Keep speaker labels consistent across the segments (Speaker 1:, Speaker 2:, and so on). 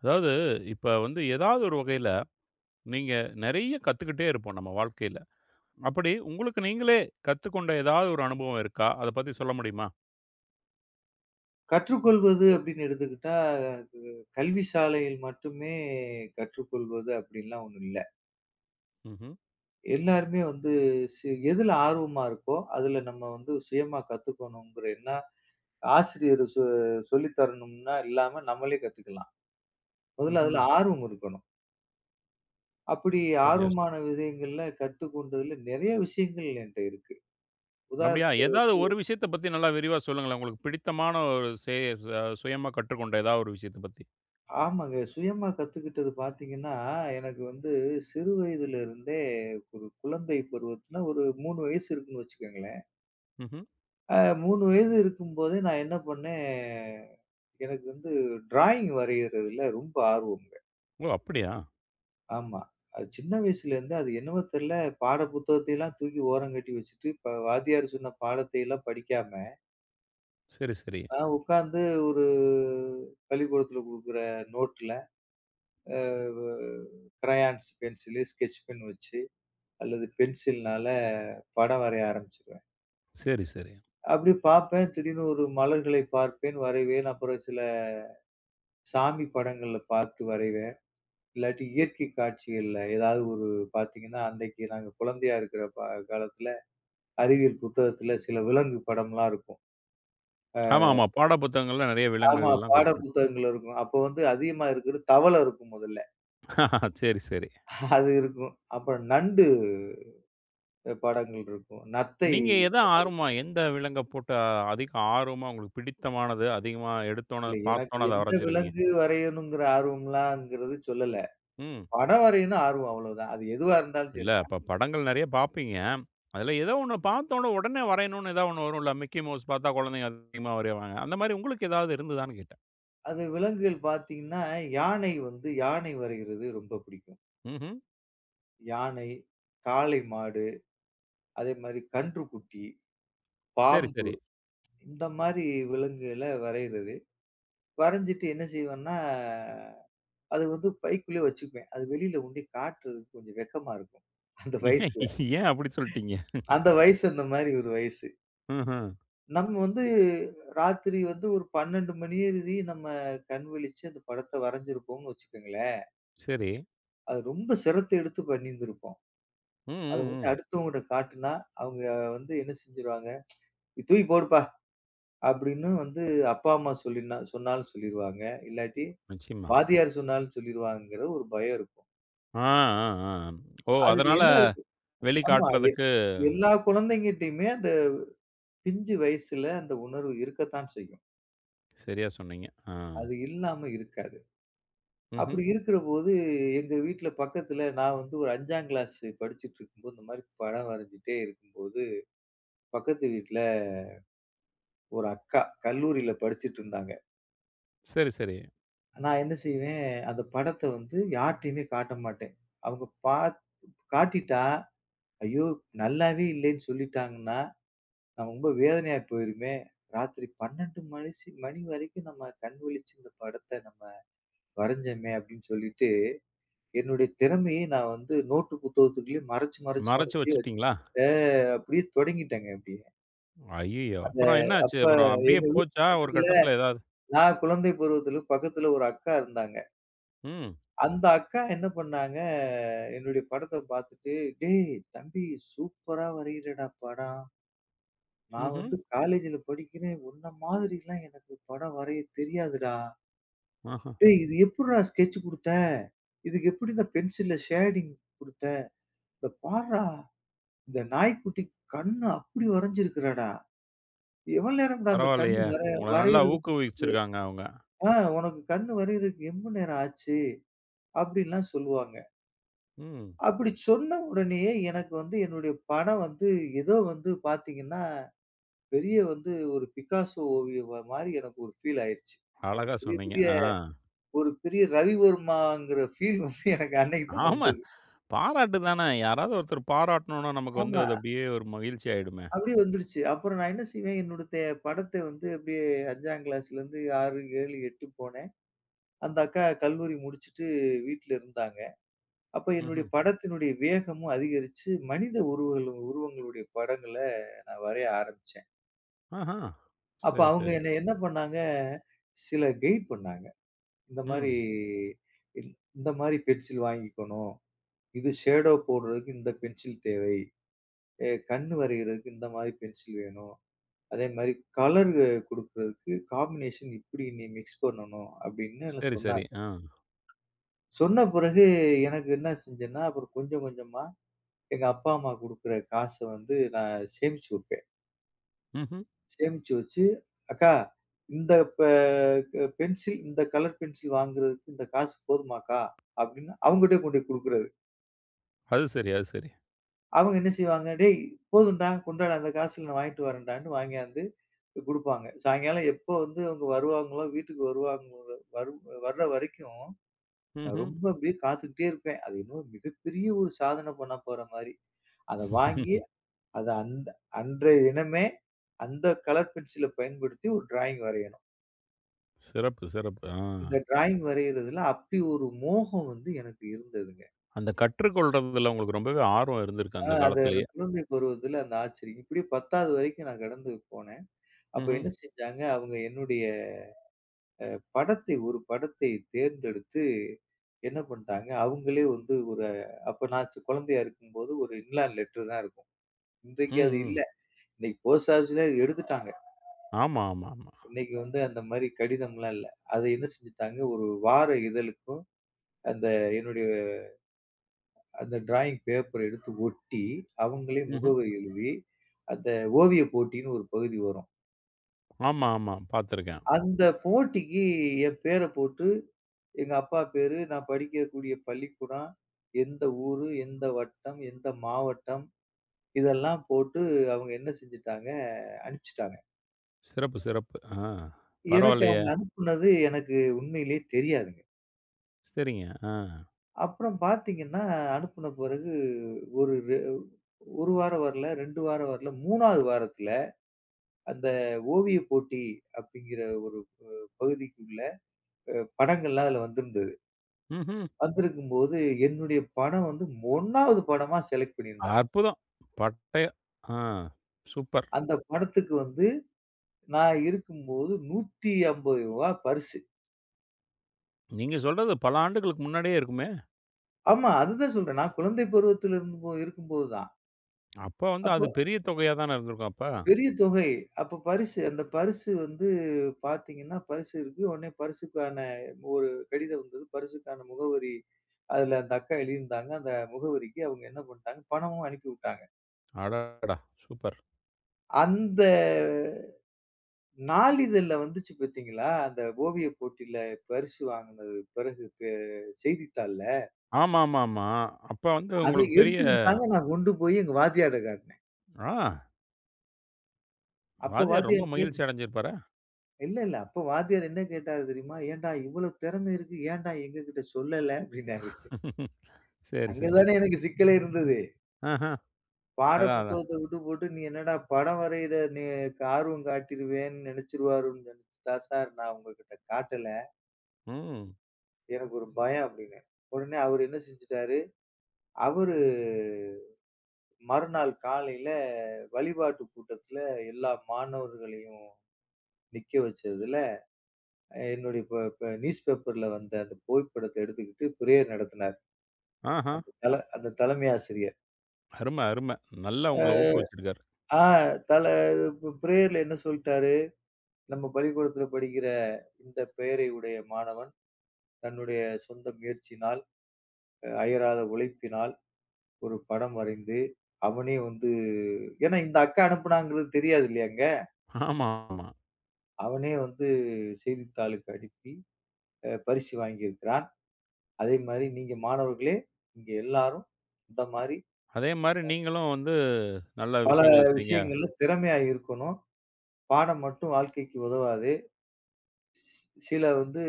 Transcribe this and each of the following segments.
Speaker 1: அதாவது, இப்ப வந்து ஏதாவது ஒரு வகையில நீங்க நெறைய கத்துக்கிட்டே இருப்போம் நம்ம வாழ்க்கையில. அப்படி உங்களுக்கு நீங்களே கத்துக்கொண்ட ஏதாவது ஒரு அனுபவம் இருக்கா? அத பத்தி சொல்ல முடியுமா?
Speaker 2: கற்றுக்கொள்வது அப்படின்னு எடுத்துக்கிட்டா, கல்வி சாலையில் மட்டுமே கற்றுக்கொள்வது அப்படின்லாம் ஒண்ணும் இல்ல.
Speaker 1: ம்ஹ்ம்,
Speaker 2: எல்லாருமே வந்து எதுல ஆர்வமா இருக்கோ, அதுல நம்ம வந்து சுயமா கத்துக்கணுங்கிற எண்ணம் ஆசிரியர் சொல்லி தரணும்னா இல்லாம நம்மளே கத்துக்கலாம். முதல்ல
Speaker 1: ம்ஹ்ம்.
Speaker 2: அதுல ஆர்வம் இருக்கணும். அப்படி
Speaker 1: சரியா சொ
Speaker 2: ஆர்வமான விஷயங்கள்ல கத்துக்கொண்டதுல நெறைய விஷயங்கள் என்ட்ட இருக்கு. உதாரண
Speaker 1: அப்படியா? ஏதாவது ஒரு விஷயத்த பத்தி நல்லா விரிவா சொல்லுங்களேன். உங்களுக்கு பிடித்தமான ஒரு சே ச சுயமா கற்றுக்கொண்ட ஏதாவது ஒரு விஷயத்த பத்தி.
Speaker 2: ஆமாங்க. சுயமா கத்துக்கிட்டது பார்த்தீங்கன்னா, எனக்கு வந்து சிறு வயதில இருந்தே ஒரு குழந்தை பருவத்தில ஒரு 3 வயசு இருக்குன்னு வச்சுக்கங்களேன்.
Speaker 1: ம்ஹ்ம்.
Speaker 2: அ 3 வயது இருக்கும்போதே நான் என்ன பண்ணேன், எனக்கு வந்து டிராயிங் வரையிறதுல ரொம்ப ஆர்வம்ங்க.
Speaker 1: ஓ! அப்படியா?
Speaker 2: ஆமா. அது சின்ன வயசுலேருந்து அது என்னவோ தெரியல, பாட புத்தகத்தையெல்லாம் தூக்கி ஓரங்கட்டி வச்சுட்டு, இப்ப வாத்தியார் சொன்ன பாடத்தை எல்லாம் படிக்காம,
Speaker 1: சரி, சரி.
Speaker 2: நான் உட்கார்ந்து ஒரு பள்ளிக்கூடத்தில குடுக்குற நோட்ல, அ வ கிரையான்ஸ், பென்சிலு, ஸ்கெட்ச் பென் வச்சு அல்லது பென்சில்னால படம் வரைய ஆரம்பிச்சுருவேன்.
Speaker 1: சரி, சரி.
Speaker 2: அப்படி பார்ப்பேன். திடீர்னு ஒரு மலர்களை பார்ப்பேன், வரைவேன். அப்புறம் சில சாமி படங்கள்ல பார்த்து வரைவேன். இல்லாட்டி இயற்கை காட்சிகள்ல ஏதாவது ஒரு பார்த்தீங்கன்னா, அன்னைக்கு நாங்க குழந்தையா இருக்கிற காலத்துல அறிவியல் புத்தகத்துல சில விலங்கு படம்லாம் இருக்கும்.
Speaker 1: ஆமா, ஆமா. பாட புத்தகங்கள்ல நெறைய
Speaker 2: ஆமா,
Speaker 1: விலங்குகள்லாம்
Speaker 2: பாட
Speaker 1: குடுத்து
Speaker 2: புத்தகங்கள் இருக்கும். அப்போ வந்து அதிகமா இருக்கிறது தவளை இருக்கும் முதல்ல.
Speaker 1: சரி, சரி.
Speaker 2: அது இருக்கும். அப்புறம் நண்டு படங்கள் இருக்கும். நத்தை.
Speaker 1: நீங்க எத ஆர்வமா எந்த விலங்க போட்டு அதிக ஆர்வமா உங்களுக்கு பிடித்தமானது, அதிகமா எடுத்தோன
Speaker 2: இல்ல எனக்கு
Speaker 1: பார்த்தோன அத
Speaker 2: எந்த
Speaker 1: வரைஞ்சிருவீங்க?
Speaker 2: விலங்கு வரையணுங்கிற ஆர்வம்லாம்ங்கிறது சொல்லல.
Speaker 1: ம்.
Speaker 2: படம் வரையும்னா ஆர்வம் அவ்வளவுதான். அது எதுவா இருந்தாலும்
Speaker 1: இல்ல
Speaker 2: சரிதான்.
Speaker 1: அப்ப படங்கள் நெறைய பார்ப்பீங்க. அதுல ஏதோ ஒண்ணு பார்த்தோன உடனே வரையணும்னு ஏதாவது ஒண்ணு வரும்ல. மிக்கி மவுஸ் பார்த்தா குழந்தைங்க அதிகமா வரைவாங்க. அந்த மாரி உங்களுக்கு ஏதாவது இருந்ததான்னு கேட்டேன்.
Speaker 2: அது விலங்குகள் பார்த்தீங்கன்னா, யானை வந்து யானை வரைகிறது ரொம்ப பிடிக்கும்.
Speaker 1: ம்ஹ்ம்.
Speaker 2: யானை, காளை மாடு, அதே மாரி கன்றுக்குட்டி,
Speaker 1: சரி,
Speaker 2: பாம்பு,
Speaker 1: சரி.
Speaker 2: இந்த மாரி விலங்குகள வரையிறது. வரைஞ்சிட்டு என்ன செய்வேன்னா, அது வந்து பைக்குள்ளயே வச்சுக்குவேன். அது வெளியில கொண்டோய் காட்டுறதுக்கு கொஞ்சம் வெட்கமா இருக்கும். அந்த
Speaker 1: ஏன்
Speaker 2: வயசுல.
Speaker 1: ஏன் அப்படி சொல்ட்டீங்க?
Speaker 2: அந்த வயசு அந்த மாரி ஒரு வயசு.
Speaker 1: ம்ஹ்ம்.
Speaker 2: நம்ம வந்து ராத்திரி வந்து ஒரு 12 மணி எழுதி நம்ம கண் விழிச்சு அந்த படத்த வரைஞ்சிருப்போம்னு வச்சுக்கோங்களேன்.
Speaker 1: சரி.
Speaker 2: அது ரொம்ப சிரத்த எடுத்து பண்ணியிருந்திருப்போம்.
Speaker 1: ம்,
Speaker 2: அத
Speaker 1: ம்,
Speaker 2: வந்து
Speaker 1: ம்.
Speaker 2: அடுத்தவங்ககிட்ட காட்டுனா, அவங்க வந்து என்ன செஞ்சுருவாங்க, "இது "தூக்கி போடுப்பா" அப்படின்னு வந்து அப்பா, அம்மா சொல்லினா சொன்னாலும் சொல்லிருவாங்க. இல்லாட்டி
Speaker 1: நிச்சயமா.
Speaker 2: வாத்தியார் சொன்னாலும் சொல்லிருவாங்கங்கிற ஒரு பயம் இருக்கும்.
Speaker 1: ஆ, ஆ, ஆ. ஓ!
Speaker 2: அது
Speaker 1: அதனால
Speaker 2: எல்லா ஆமா.
Speaker 1: வெளிக்காட்டுறதுக்கு
Speaker 2: எல்லா குழந்தைங்கிட்டயுமே அந்த பிஞ்சு வயசுல அந்த உணர்வு இருக்கத்தான் செய்யும்.
Speaker 1: சரியா சொன்னீங்க. ஆ.
Speaker 2: அது இல்லாம இருக்காது.
Speaker 1: ம்ஹ்ம்.
Speaker 2: அப்படி இருக்கிறபோது எங்க வீட்ல பக்கத்துல நான் வந்து ஒரு 5ஆம் கிளாஸ் படிச்சுட்டு இருக்கும்போது, இந்த மாரி படம் வரைஞ்சுட்டே இருக்கும்போது, பக்கத்து வீட்ல ஒரு அக்கா கல்லூரியில படிச்சுட்டு இருந்தாங்க.
Speaker 1: சரி, சரி.
Speaker 2: நான் என்ன செய்வேன், அந்த படத்த வந்து யார்ட்டயுமே காட்ட மாட்டேன். அவங்க பாத் காட்டிட்டா, ஐயோ! நல்லாவே இல்லன்னு சொல்லிட்டாங்கன்னா, நான் ரொம்ப வேதனையா போயிருமே! ராத்திரி 12 மணி வரைக்கும் நம்ம கண் விழிச்சு இந்த படத்த நம்ம வரைஞ்சோமே! அப்படின்னு சொல்லிட்டு, என்னுடைய திறமையை நான் வந்து நோட்டு புத்தகத்துக்குள்ளயே மறைச்சு, மறைச்சு,
Speaker 1: மறைச்சு
Speaker 2: மறைச்சு வச்சு
Speaker 1: வச்சுட்டீங்களா?
Speaker 2: அ அப்படியே தொடங்கிட்டேங்க அப்படியே.
Speaker 1: ஐயய்யோ!
Speaker 2: அந்த
Speaker 1: அப்புறம் என்ன ஆச்சு?
Speaker 2: அப்ப
Speaker 1: அப்புறம் அப்படியே
Speaker 2: எங்க வீட்டு
Speaker 1: போச்சா? ஒரு
Speaker 2: பக்கத்துல
Speaker 1: கட்டத்துல ஏதாவது?
Speaker 2: நான் குழந்தை பருவத்துல பக்கத்துல ஒரு அக்கா இருந்தாங்க.
Speaker 1: ம்.
Speaker 2: அந்த அக்கா என்ன பண்ணாங்க, என்னுடைய படத்த பார்த்துட்டு, "டேய், தம்பி, சூப்பரா வரையிறடா படம். நான்
Speaker 1: ம்ஹ்ம்.
Speaker 2: வந்து காலேஜ்ல படிக்கிறேன். உன்ன மாதிரிலாம் எனக்கு படம் வரைய தெரியாதுடா.
Speaker 1: ஆஹா.
Speaker 2: டேய், இது எப்புட்றா ஸ்கெட்ச் குடுத்த? இதுக்கு எப்புடிடா பென்சில்ல ஷேடிங் குடுத்த? இந்த பார்றா, இந்த நாய்க்குட்டி கண்ணு அப்படி வரைஞ்சிருக்குறடா. எவ்வளோ நேரம்டா அந்த
Speaker 1: பரவாயில்லையே!
Speaker 2: கண்ணு
Speaker 1: உங்கள நல்லா
Speaker 2: வரையறதுக்கு,
Speaker 1: ஊக்குவிச்சிருக்காங்க அவங்க.
Speaker 2: ஆ உனக்கு கண்ணு வரையறதுக்கு எம்புட் நேரம் ஆச்சு?" அப்படின்லாம் சொல்லுவாங்க.
Speaker 1: ம்.
Speaker 2: அப்படி சொன்ன உடனேயே எனக்கு வந்து என்னுடைய பணம் வந்து ஏதோ வந்து பார்த்தீங்கன்னா, பெரிய வந்து ஒரு பிக்காசோ ஓவியம் மாரி எனக்கு ஒரு ஃபீல் ஆயிருச்சு. நம்ம
Speaker 1: அழகா
Speaker 2: பெரிய
Speaker 1: சொன்னீங்க.
Speaker 2: பெரிய
Speaker 1: ஆ.
Speaker 2: ஒரு பெரிய ரவிவர்மாங்கிற ஃபீல் வந்து எனக்கு அன்னைக்கு தான்
Speaker 1: ஆமா.
Speaker 2: வந்தது.
Speaker 1: பாராட்டு தானே. யாராவது ஒருத்தர் பாராட்டணும்னா நமக்கு வந்து
Speaker 2: ஆமா.
Speaker 1: அது அப்படியே ஒரு மகிழ்ச்சி ஆயிடுமே!
Speaker 2: அப்படியே வந்துருச்சு. அப்புறம் நான் என்ன செய்வேன், என்னுடைய படத்த வந்து அப்படியே 5ஆம் கிளாஸ்லேருந்து 6, 7, 8 போனேன். அந்த அக்கா கல்லூரி முடிச்சுட்டு வீட்ல இருந்தாங்க. அப்ப என்னுடைய
Speaker 1: ம்ஹ்ம்.
Speaker 2: படத்தினுடைய வேகமும் அதிகரிச்சு, மனித உருவங்களுடைய படங்கள நான் வரைய ஆரம்பிச்சேன்.
Speaker 1: ஆஹா.
Speaker 2: அப்ப
Speaker 1: சரி,
Speaker 2: அவங்க
Speaker 1: சரி.
Speaker 2: என்னை என்ன பண்ணாங்க, சில கெய்ட் பண்ணாங்க. இந்த மாரி
Speaker 1: ம்.
Speaker 2: இந் இந்த மாரி பென்சில் வாங்கிக்கணும். இது ஷேடோ போடுறதுக்கு இந்த பென்சில் தேவை. கண் வரையறதுக்கு இந்த மாரி பென்சில் வேணும். அதே மாரி கலர் குடுக்குறதுக்கு காம்பினேஷன் இப்படி நீ மிக்ஸ் பண்ணணும் அப்படின்னு எல்லாம்
Speaker 1: சரி, சரி.
Speaker 2: சொன்னாங்க.
Speaker 1: ஆ.
Speaker 2: சொன்ன பிறகு எனக்கு என்ன செஞ்சேன்னா, அப்புறம் கொஞ்சம் கொஞ்சமா எங்க அப்பா, அம்மா குடுக்குற காச வந்து நான் சேமிச்சு வைப்பேன்.
Speaker 1: ம்ஹ்ம்.
Speaker 2: சேமிச்சு வச்சு, "அக்கா, இந்த பெ க பென்சில் இந்த கலர் பென்சில் வாங்குறதுக்கு இந்த காசு போதுமாக்கா?" அப்படின்னு அவங்ககிட்டயே கொண்டு போய் குடுக்குறது.
Speaker 1: அது சரி, அது சரி.
Speaker 2: அவங்க என்ன செய்வாங்க, "டேய், போதும்டா, கொண்டாடா அந்த காசுல நான் வாங்கிட்டு வரேன்டான்னு" வாங்கியாந்து குடுப்பாங்க. சாயங்காலம் எப்போ வந்து அவங்க வருவாங்களோ, வீட்டுக்கு வருவாங்களோ, வரு வர்ற வரைக்கும் நான்
Speaker 1: ம்ஹ்ம்.
Speaker 2: ரொம்ப அப்படியே காத்துக்கிட்டே இருப்பேன். அது என்னமோ மிகப்பெரிய ஒரு சாதனை பண்ண போற மாரி. அத வாங்கி அத அந்த அன்றைய தினமே அந்த கலர் பென்சில பயன்படுத்தி ஒரு டிராயிங் வரையணும்.
Speaker 1: சிறப்பு, சிறப்பு. ஆ.
Speaker 2: இந்த டிராயிங் வரையிறதுல அப்படி ஒரு மோகம் வந்து எனக்கு இருந்ததுங்க.
Speaker 1: அந்த கற்றுக்கொள்றதுல உங்களுக்கு ரொம்பவே ஆர்வம் இருந்திருக்கு
Speaker 2: ஆ,
Speaker 1: அந்த
Speaker 2: அது அந்த
Speaker 1: காலத்திலேயே.
Speaker 2: குழந்தை பருவத்துல அந்த ஆச்சரியம். இப்படி 10வது வரைக்கும் நான் கடந்து போனேன். அப்ப
Speaker 1: ம்ஹ்ம்.
Speaker 2: என்ன செஞ்சாங்க, அவங்க என்னுடைய படத்தை ஒரு படத்தை தேர்ந்தெடுத்து என்ன பண்ட்டாங்க, அவங்களே வந்து ஒரு அப்ப நான் குழந்தையா இருக்கும்போது ஒரு இன்லேண்ட் லெட்டர் தான் இருக்கும். இன்றைக்கு
Speaker 1: ம்,
Speaker 2: அது
Speaker 1: ம்.
Speaker 2: இல்ல. இன்னைக்கு போஸ்ட் ஆஃபிஸ்ல எடுத்துட்டாங்க.
Speaker 1: ஆமா, ஆமா, ஆமா.
Speaker 2: இன்னைக்கு வந்து அந்த மாரி கடிதம்லாம் இல்ல. அத என்ன செஞ்சுட்டாங்க, ஒரு வார இதழுக்கும் அந்த என்னுடைய அந்த டிராயிங் பேப்பர் எடுத்து ஒட்டி, அவங்களே
Speaker 1: ம்ஹ்ம்.
Speaker 2: முகவரி எழுதி, அந்த ஓவியப் போட்டின்னு ஒரு பகுதி வரும்.
Speaker 1: ஆமா, ஆமா. பார்த்துருக்கேன்.
Speaker 2: அந்த போட்டிக்கு என் பேர போட்டு, எங்க அப்பா பேரு, நான் படிக்கக்கூடிய பள்ளிக்கூடம், எந்த ஊரு, எந்த வட்டம், எந்த மாவட்டம், இதெல்லாம் போட்டு அவங்க என்ன செஞ்சுட்டாங்க, அனுப்பிச்சுட்டாங்க.
Speaker 1: சிறப்பு, சிறப்பு. ஆ
Speaker 2: எனக்கு
Speaker 1: பரவாயில்லையே!
Speaker 2: அவங்க அனுப்புனது எனக்கு உண்மையிலேயே தெரியாதுங்க.
Speaker 1: சரிங்க. ஆ.
Speaker 2: அப்புறம் பார்த்தீங்கன்னா, அனுப்புன பிறகு ஒரு 1 வாரம் வரல, 2 வாரம் வரல, 3வது வாரத்தில அந்த ஓவிய போட்டி அப்படிங்கிற ஒரு பகுதிக்குள்ள படங்கள்லாம் அதுல வந்திருந்தது.
Speaker 1: ம்ஹ்ம்.
Speaker 2: வந்திருக்கும் போது என்னுடைய படம் வந்து ஒன்னாவது படமா செலக்ட் பண்ணியிருந்தாங்க.
Speaker 1: அற்புதம். பட்டய ஆ சூப்பர்.
Speaker 2: அந்த படத்துக்கு வந்து நான் இருக்கும்போது 150 ரூபாய் பரிசு.
Speaker 1: நீங்க சொல்றது பல ஆண்டுகளுக்கு முன்னாடியே இருக்குமே!
Speaker 2: ஆமா, அதுதான் சொல்றேன், நான் குழந்தை பருவத்தில் இருக்கும்போது தான்.
Speaker 1: அப்ப வந்து அது
Speaker 2: அப்ப
Speaker 1: பெரிய தொகையா தானே இருந்திருக்கும் அப்ப.
Speaker 2: பெரிய தொகை. அப்ப பரிசு அந்த பரிசு வந்து பார்த்தீங்கன்னா, பரிசு இருக்கு. உடனே பரிசுக்கான ஒரு கடிதம் வந்தது. பரிசுக்கான முகவரி அதுல அந்த அக்கா எழுதியிருந்தாங்க. அந்த முகவரிக்கு அவங்க என்ன பண்ணிட்டாங்க, பணமும் அனுப்பிவிட்டாங்க.
Speaker 1: அடடா! சூப்பர்.
Speaker 2: அந்த நாளிதழ்ல வந்துச்சு பார்த்தீங்களா, அந்த ஓவியப் போட்டியில பரிசு வாங்குனது பிறகு செய்தித்தாள்ல.
Speaker 1: ஆமாமாமா. அப்ப வந்து
Speaker 2: அத
Speaker 1: உங்களுக்கு பெரிய
Speaker 2: எடுத்துக்கிட்டு தாங்க நான் கொண்டு போய் எங்க வாத்தியார்ட்ட காட்டுனேன்.
Speaker 1: ஆ
Speaker 2: அப்ப
Speaker 1: வாத்தியார் ரொம்ப
Speaker 2: வாத்தியார் கேட்டு
Speaker 1: மகிழ்ச்சி அடைஞ்சிருப்பாரா?
Speaker 2: இல்ல, இல்ல. அப்ப வாத்தியார் என்ன கேட்டாரு தெரியுமா? "ஏன்டா இவ்வளவு திறமை இருக்கு, ஏன்டா எங்ககிட்ட சொல்லல?" அப்படின்னாரு.
Speaker 1: சரி,
Speaker 2: அங்க
Speaker 1: சரி.
Speaker 2: தானே எனக்கு சிக்கலே இருந்தது.
Speaker 1: ஆஹா.
Speaker 2: பாட
Speaker 1: அதான், அதான்.
Speaker 2: புத்தகத்த விட்டு போட்டு, நீ என்னடா படம் வரையில நீ ஆர்வம் காட்டிருவேன்னு நெனச்சுருவாருன்னு நினைச்சுட்டா, சார், நான் உங்ககிட்ட காட்டல.
Speaker 1: ம்.
Speaker 2: எனக்கு ஒரு பயம் அப்டின்னேன். உடனே அவரு என்ன செஞ்சுட்டாரு, அவரு மறுநாள் காலையில வழிபாட்டு கூட்டத்துல எல்லா மாணவர்களையும் நிக்க வச்சதுல, என்னுடைய ப ப நியூஸ் பேப்பர்ல வந்த அந்த புகைப்படத்த எடுத்துக்கிட்டு பிரேயர் நடத்தினார்.
Speaker 1: ஆஹா.
Speaker 2: அந்த தலைமை ஆசிரியர்.
Speaker 1: அரும, அரும. நல்லா உங்கள
Speaker 2: அ
Speaker 1: ஊக்குவிச்சிருக்காரு.
Speaker 2: ஆ தல பிரேயர்ல என்ன சொல்ட்டாரு, நம்ம பள்ளிக்கூடத்துல படிக்கிற இந்த பெயரை உடைய மாணவன் தன்னுடைய சொந்த முயற்சியினால், அயராத உழைப்பினால் ஒரு படம் வரைந்து, அவனே வந்து, ஏன்னா இந்த அக்கா அனுப்புனாங்கிறது தெரியாது இல்லையாங்க,
Speaker 1: ஆமா, ஆமா.
Speaker 2: அவனே வந்து செய்தித்தாளுக்கு அனுப்பி பரிசு வாங்கியிருக்கிறான். அதே மாரி நீங்க மாணவர்களே, நீங்க எல்லாரும் இந்த மாரி
Speaker 1: அதே மாரி நீங்களும் வந்து நல்ல
Speaker 2: பல
Speaker 1: விஷயங்கள செய்ங்க.
Speaker 2: விஷயங்கள்ல திறமையா இருக்கணும். பாடம் மட்டும் வாழ்க்கைக்கு உதவாது. ஸ் சில வந்து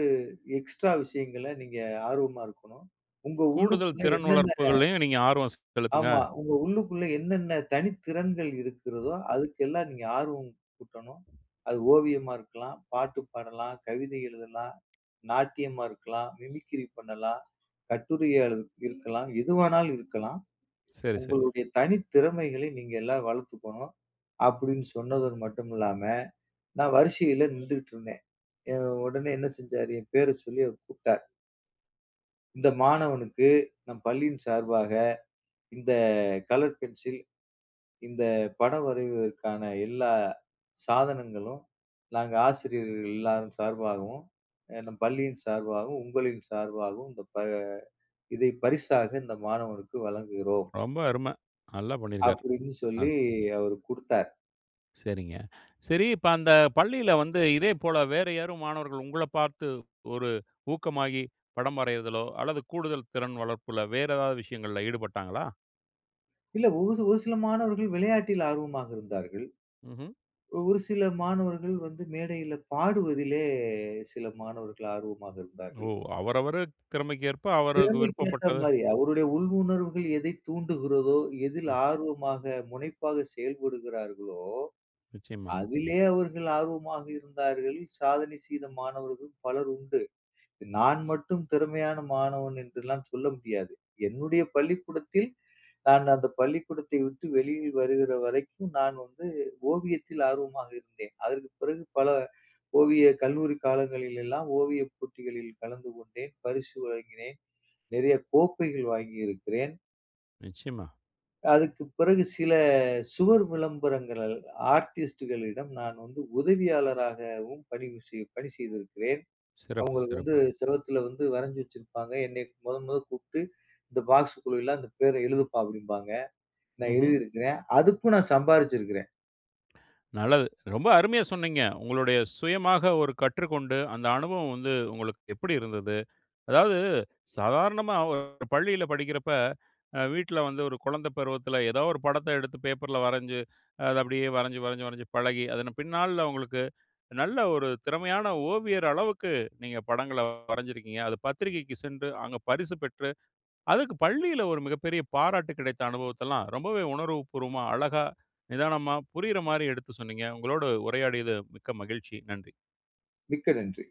Speaker 2: எக்ஸ்ட்ரா விஷயங்கள்ல நீங்க ஆர்வமா இருக்கணும். உங்க
Speaker 1: கூடுதல்
Speaker 2: உள்ளுக்குள்ள
Speaker 1: திறன்
Speaker 2: என்னென்ன.
Speaker 1: வளர்ப்புகள்லயும் நீங்க ஆர்வம் செலுத்துங்க.
Speaker 2: ஆமா. உங்க உள்ளுக்குள்ள என்னென்ன தனித்திறன்கள் இருக்கிறதோ, அதுக்கெல்லாம் நீங்க ஆர்வம் கூட்டணும். அது ஓவியமா இருக்கலாம், பாட்டு பாடலாம், கவிதை எழுதலாம், நாட்டியமா இருக்கலாம், மிமிக்ரி பண்ணலாம், கட்டுரையா எழு இருக்கலாம். எதுவானாலும் இருக்கலாம்.
Speaker 1: சரி, சரி.
Speaker 2: உங்களுடைய தனித்திறமைகளை நீங்க எல்லாம் வளர்த்துக்கணும். அப்படின்னு சொன்னதோடு மட்டும் இல்லாம, நான் வரிசையில நின்டுகிட்டு இருந்தேன். எ உடனே என்ன செஞ்சாரு, என் பேர சொல்லி அவர் கூப்ட்டார். இந்த மாணவனுக்கு நம் பள்ளியின் சார்பாக இந்த கலர் பென்சில், இந்த படம் வரைவதற்கான எல்லா சாதனங்களும், நாங்க ஆசிரியர்கள் எல்லாரும் சார்பாகவும், நம் பள்ளியின் சார்பாகவும், உங்களின் சார்பாகவும் இந்த ப இதை பரிசாக இந்த மாணவனுக்கு வழங்குகிறோம்."
Speaker 1: ரொம்ப அரும. நல்லா பண்ணியிருக்காரு.
Speaker 2: அப்படின்னு
Speaker 1: ஆ
Speaker 2: சொல்லி
Speaker 1: ஸ்
Speaker 2: அவரு குடுத்தார்.
Speaker 1: சரிங்க. சரி, இப்ப அந்த பள்ளியில வந்து இதே போல வேற யாரும் மாணவர்கள் உங்கள பார்த்து ஒரு ஊக்கமாகி படம் வரையிறதிலோ, அல்லது கூடுதல் திறன் வளர்ப்புல வேற ஏதாவது விஷயங்கள்ல ஈடுபட்டாங்களா?
Speaker 2: இல்ல, ஒரு ஒரு சில மாணவர்கள் விளையாட்டில் ஆர்வமாக இருந்தார்கள்.
Speaker 1: ம்ஹ்ம்.
Speaker 2: ஒரு சில மாணவர்கள் வந்து மேடையில பாடுவதிலே சில மாணவர்கள் ஆர்வமாக
Speaker 1: ஓ!
Speaker 2: இருந்தார்கள்.
Speaker 1: அவரவரு திறமைக்கேற்ப அவருக்கு
Speaker 2: திறமைக்கு ஏத்த
Speaker 1: விருப்பப்பட்டது
Speaker 2: மாரி அவருடைய உள் உணர்வுகள் எதை தூண்டுகிறதோ, எதில்
Speaker 1: ம்.
Speaker 2: ஆர்வமாக, முனைப்பாக செயல்படுகிறார்களோ
Speaker 1: நிச்சயமா,
Speaker 2: அதிலே அவர்கள் ஆர்வமாக இருந்தார்கள். சாதனை செய்த மாணவர்கள் பலர் உண்டு. நான் மட்டும் திறமையான மாணவன் என்றெல்லாம் சொல்ல முடியாது. என்னுடைய பள்ளிக்கூடத்தில் நான் அந்த பள்ளிக்கூடத்தை விட்டு வெளியில் வருகிற வரைக்கும் நான் வந்து ஓவியத்தில் ஆர்வமாக இருந்தேன். அதற்கு பிறகு பல ஓவிய கல்லூரி காலங்களில் எல்லாம் ஓவியப் போட்டிகளில் கலந்து கொண்டேன். பரிசு வழங்கினேன். நிறைய கோப்பைகள் வாங்கியிருக்கிறேன்.
Speaker 1: நிச்சயமா.
Speaker 2: அதுக்கு பிறகு சில சுவர் விளம்பரங்கள் ஆர்டிஸ்ட்டுகளிடம் நான் வந்து உதவியாளராகவும் பணி செய்திருக்கிறேன்.
Speaker 1: சிறப்பு,
Speaker 2: அது வந்து
Speaker 1: சிறப்பு.
Speaker 2: செவுத்துல வந்து வரைஞ்சு வச்சிருப்பாங்க. என்னை முதல் முதல்ல கூப்பிட்டு, "இந்த பாக்ஸ்க்குள்ள எல்லாம் அந்த பேர எழுதுப்பா" அப்படிம்பாங்க. நான்
Speaker 1: ம்ஹ்ம்.
Speaker 2: எழுதியிருக்கிறேன். அதுக்கும் நான் சம்பாரிச்சிருக்கிறேன்.
Speaker 1: நல்லது. ரொம்ப அருமையா சொன்னீங்க. உங்களுடைய சுயமாக ஒரு கற்றுக்கொண்டு, அந்த அனுபவம் வந்து உங்களுக்கு எப்படி இருந்தது? அதாவது சாதாரணமா ஒரு பள்ளியில படிக்கிறப்ப, அ வீட்ல வந்து ஒரு குழந்தை பருவத்தில ஏதோ ஒரு படத்த எடுத்து பேப்பர்ல வரைஞ்சு, அத அப்படியே வரைஞ்சு, வரைஞ்சு, வரைஞ்சு பழகி, அதன் பின்னால உங்களுக்கு நல்ல ஒரு திறமையான ஓவியர் அளவுக்கு நீங்க படங்கள வரைஞ்சிருக்கீங்க. அது பத்திரிக்கைக்கு சென்று அங்க பரிசு பெற்று அதுக்கு பள்ளியில ஒரு மிகப்பெரிய பாராட்டு கிடைத்த அனுபவத்தெல்லாம் ரொம்பவே உணர்வுபூர்வமா, அழகா, நிதானமா புரியிற மாரி எடுத்து சொன்னீங்க. உங்களோட உரையாடியது மிக்க மகிழ்ச்சி. நன்றி.
Speaker 2: மிக்க நன்றி.